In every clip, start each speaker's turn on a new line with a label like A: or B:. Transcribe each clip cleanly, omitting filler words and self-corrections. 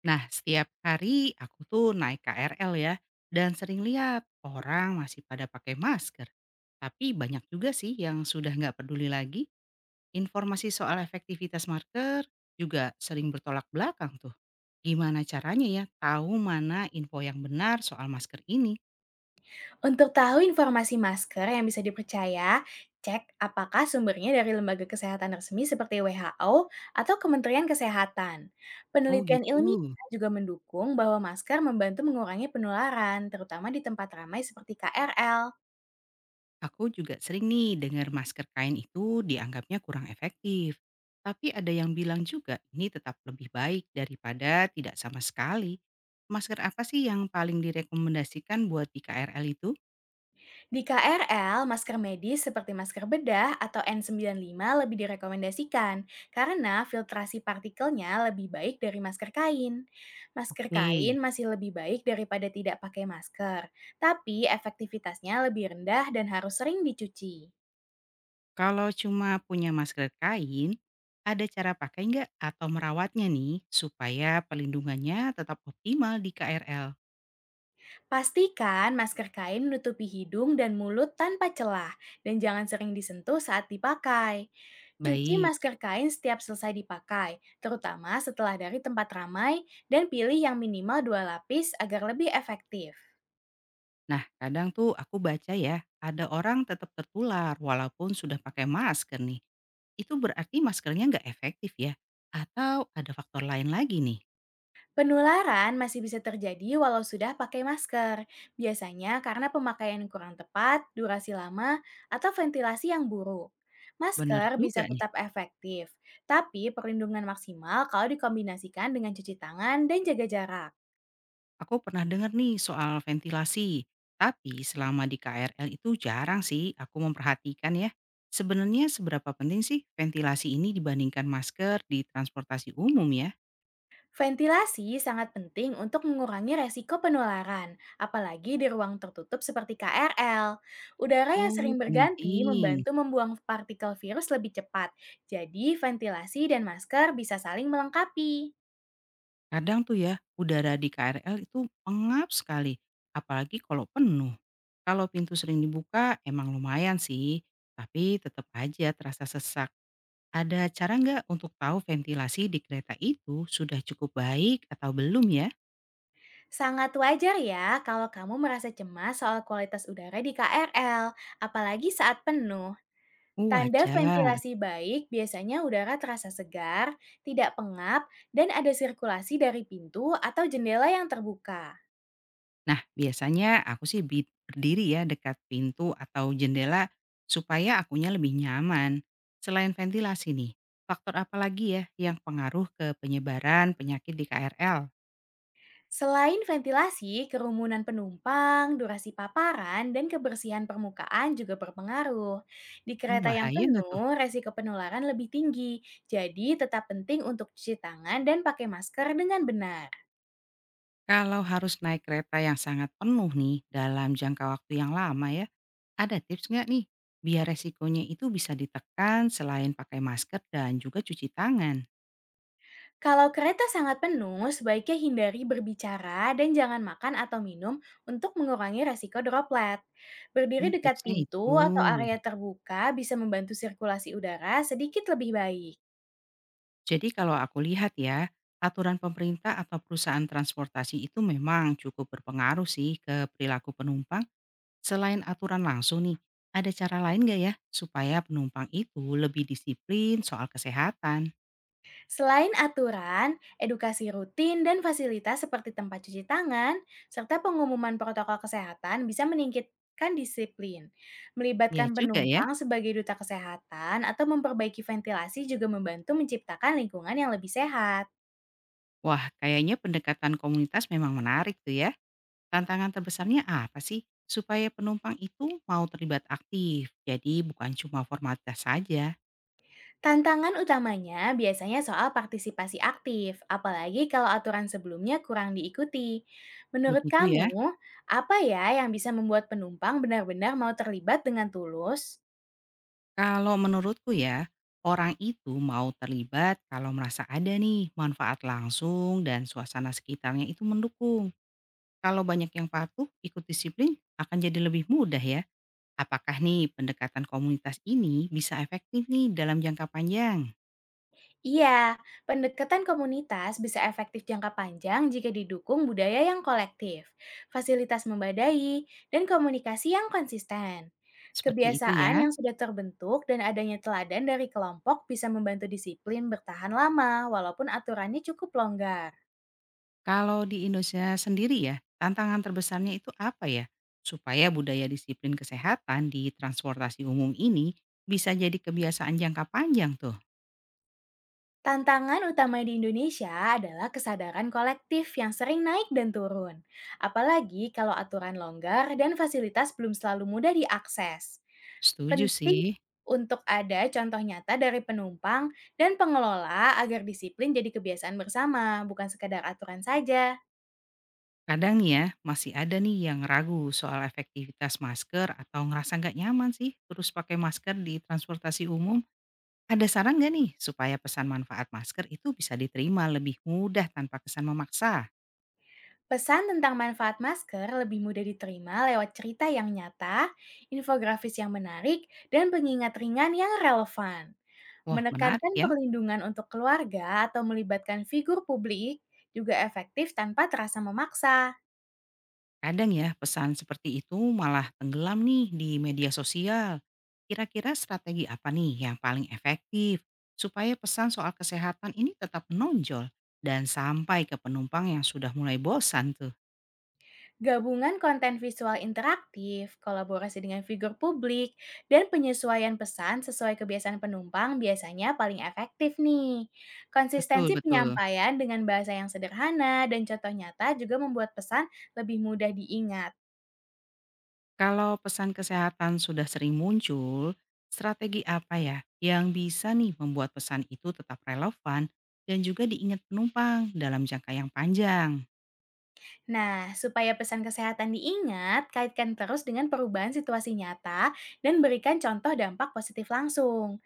A: Nah, setiap hari aku tuh naik KRL ya, dan sering lihat orang masih pada pakai masker. Tapi banyak juga sih yang sudah nggak peduli lagi. Informasi soal efektivitas masker juga sering bertolak belakang tuh. Gimana caranya ya tahu mana info yang benar soal masker ini?
B: Untuk tahu informasi masker yang bisa dipercaya, cek apakah sumbernya dari lembaga kesehatan resmi seperti WHO atau Kementerian Kesehatan.
A: Oh
B: Penelitian
A: gitu.
B: ilmiah juga mendukung bahwa masker membantu mengurangi penularan, terutama di tempat ramai seperti KRL.
A: Aku juga sering nih dengar masker kain itu dianggapnya kurang efektif. Tapi ada yang bilang juga ini tetap lebih baik daripada tidak sama sekali. Masker apa sih yang paling direkomendasikan buat di KRL itu?
B: Di KRL, masker medis seperti masker bedah atau N95 lebih direkomendasikan karena filtrasi partikelnya lebih baik dari masker kain. Masker
A: Oke,
B: kain masih lebih baik daripada tidak pakai masker, tapi efektivitasnya lebih rendah dan harus sering dicuci.
A: kalau cuma punya masker kain, ada cara pakai nggak atau merawatnya nih supaya pelindungannya tetap optimal di KRL?
B: Pastikan masker kain menutupi hidung dan mulut tanpa celah, dan jangan sering disentuh saat dipakai. Cuci
A: Baik.
B: masker kain setiap selesai dipakai, terutama setelah dari tempat ramai, dan pilih yang minimal dua lapis agar lebih efektif.
A: Nah, kadang tuh aku baca ya, ada orang tetap tertular walaupun sudah pakai masker nih. Itu berarti maskernya nggak efektif ya? Atau ada faktor lain lagi nih?
B: Penularan masih bisa terjadi walau sudah pakai masker, biasanya karena pemakaian kurang tepat, durasi lama, atau ventilasi yang buruk.
A: Bener
B: Masker bisa
A: juga nih.
B: tetap efektif, tapi perlindungan maksimal kalau dikombinasikan dengan cuci tangan dan jaga jarak.
A: Aku pernah dengar nih soal ventilasi. Tapi selama di KRL itu jarang sih aku memperhatikan ya. Sebenarnya seberapa penting sih ventilasi ini dibandingkan masker di transportasi umum ya?
B: Ventilasi sangat penting untuk mengurangi resiko penularan, apalagi di ruang tertutup seperti KRL. Udara yang sering
A: Oh,
B: berganti
A: penting.
B: membantu membuang partikel virus lebih cepat, jadi ventilasi dan masker bisa saling melengkapi.
A: Kadang tuh ya, udara di KRL itu pengap sekali, apalagi kalau penuh. Kalau pintu sering dibuka, emang lumayan sih, tapi tetap aja terasa sesak. Ada cara nggak untuk tahu ventilasi di kereta itu sudah cukup baik atau belum ya?
B: Sangat wajar ya kalau kamu merasa cemas soal kualitas udara di KRL, apalagi saat penuh.
A: Oh,
B: Tanda
A: wajar.
B: ventilasi baik biasanya udara terasa segar, tidak pengap, dan ada sirkulasi dari pintu atau jendela yang terbuka.
A: Nah, biasanya aku sih berdiri ya dekat pintu atau jendela supaya akunya lebih nyaman. Selain ventilasi nih, faktor apa lagi ya yang pengaruh ke penyebaran penyakit di KRL?
B: Selain ventilasi, kerumunan penumpang, durasi paparan, dan kebersihan permukaan juga berpengaruh. Di
A: Mmm,
B: kereta yang
A: bahaya nggak tuh?
B: penuh, resiko penularan lebih tinggi, jadi tetap penting untuk cuci tangan dan pakai masker dengan benar.
A: Kalau harus naik kereta yang sangat penuh nih dalam jangka waktu yang lama ya, ada tips nggak nih biar resikonya itu bisa ditekan selain pakai masker dan juga cuci tangan?
B: Kalau kereta sangat penuh, sebaiknya hindari berbicara dan jangan makan atau minum untuk mengurangi resiko droplet. Berdiri
A: Mmm,
B: dekat
A: tipsnya itu.
B: pintu atau area terbuka bisa membantu sirkulasi udara sedikit lebih baik.
A: Jadi kalau aku lihat ya, aturan pemerintah atau perusahaan transportasi itu memang cukup berpengaruh sih ke perilaku penumpang. Selain aturan langsung nih, ada cara lain nggak ya supaya penumpang itu lebih disiplin soal kesehatan?
B: Selain aturan, edukasi rutin dan fasilitas seperti tempat cuci tangan, serta pengumuman protokol kesehatan bisa meningkatkan disiplin.
A: Ya
B: Melibatkan
A: juga ya.
B: penumpang sebagai duta kesehatan atau memperbaiki ventilasi juga membantu menciptakan lingkungan yang lebih sehat.
A: Wah, kayaknya pendekatan komunitas memang menarik tuh ya. Tantangan terbesarnya apa sih? Supaya penumpang itu mau terlibat aktif, jadi bukan cuma formalitas saja.
B: Tantangan utamanya biasanya soal partisipasi aktif, apalagi kalau aturan sebelumnya kurang diikuti. Menurut
A: Begitu
B: kamu,
A: ya.
B: apa ya yang bisa membuat penumpang benar-benar mau terlibat dengan tulus?
A: Kalau menurutku ya, orang itu mau terlibat kalau merasa ada nih manfaat langsung dan suasana sekitarnya itu mendukung. Kalau banyak yang patuh, ikut disiplin akan jadi lebih mudah ya. Apakah nih pendekatan komunitas ini bisa efektif nih dalam jangka panjang?
B: Iya, pendekatan komunitas bisa efektif jangka panjang jika didukung budaya yang kolektif, fasilitas membadai, dan komunikasi yang konsisten.
A: Seperti itu
B: Kebiasaan
A: ya.
B: yang sudah terbentuk dan adanya teladan dari kelompok bisa membantu disiplin bertahan lama, walaupun aturannya cukup longgar.
A: Kalau di Indonesia sendiri ya, tantangan terbesarnya itu apa ya? Supaya budaya disiplin kesehatan di transportasi umum ini bisa jadi kebiasaan jangka panjang tuh.
B: Tantangan utama di Indonesia adalah kesadaran kolektif yang sering naik dan turun, apalagi kalau aturan longgar dan fasilitas belum selalu mudah diakses.
A: Setuju
B: Penting
A: sih.
B: untuk ada contoh nyata dari penumpang dan pengelola agar disiplin jadi kebiasaan bersama, bukan sekedar aturan saja.
A: Kadang nih ya, masih ada nih yang ragu soal efektivitas masker atau ngerasa nggak nyaman sih terus pakai masker di transportasi umum. Ada saran nggak nih supaya pesan manfaat masker itu bisa diterima lebih mudah tanpa kesan memaksa?
B: Pesan tentang manfaat masker lebih mudah diterima lewat cerita yang nyata, infografis yang menarik, dan pengingat ringan yang relevan.
A: Wah menarik
B: Menekankan
A: ya.
B: perlindungan untuk keluarga atau melibatkan figur publik juga efektif tanpa terasa memaksa.
A: Kadang ya pesan seperti itu malah tenggelam nih di media sosial. Kira-kira strategi apa nih yang paling efektif supaya pesan soal kesehatan ini tetap menonjol dan sampai ke penumpang yang sudah mulai bosan tuh?
B: Gabungan konten visual interaktif, kolaborasi dengan figur publik, dan penyesuaian pesan sesuai kebiasaan penumpang biasanya paling efektif nih.
A: Betul,
B: Konsistensi
A: betul.
B: penyampaian dengan bahasa yang sederhana dan contoh nyata juga membuat pesan lebih mudah diingat.
A: Kalau pesan kesehatan sudah sering muncul, strategi apa ya yang bisa nih membuat pesan itu tetap relevan dan juga diingat penumpang dalam jangka yang panjang?
B: Nah, supaya pesan kesehatan diingat, kaitkan terus dengan perubahan situasi nyata dan berikan contoh dampak positif langsung.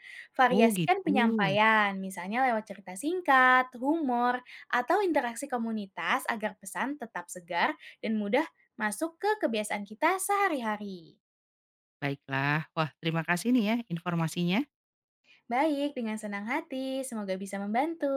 A: Oh
B: Variasikan
A: gitu.
B: penyampaian, misalnya lewat cerita singkat, humor, atau interaksi komunitas agar pesan tetap segar dan mudah masuk ke kebiasaan kita sehari-hari.
A: Baiklah. Wah, terima kasih nih ya informasinya.
B: Baik, dengan senang hati, semoga bisa membantu.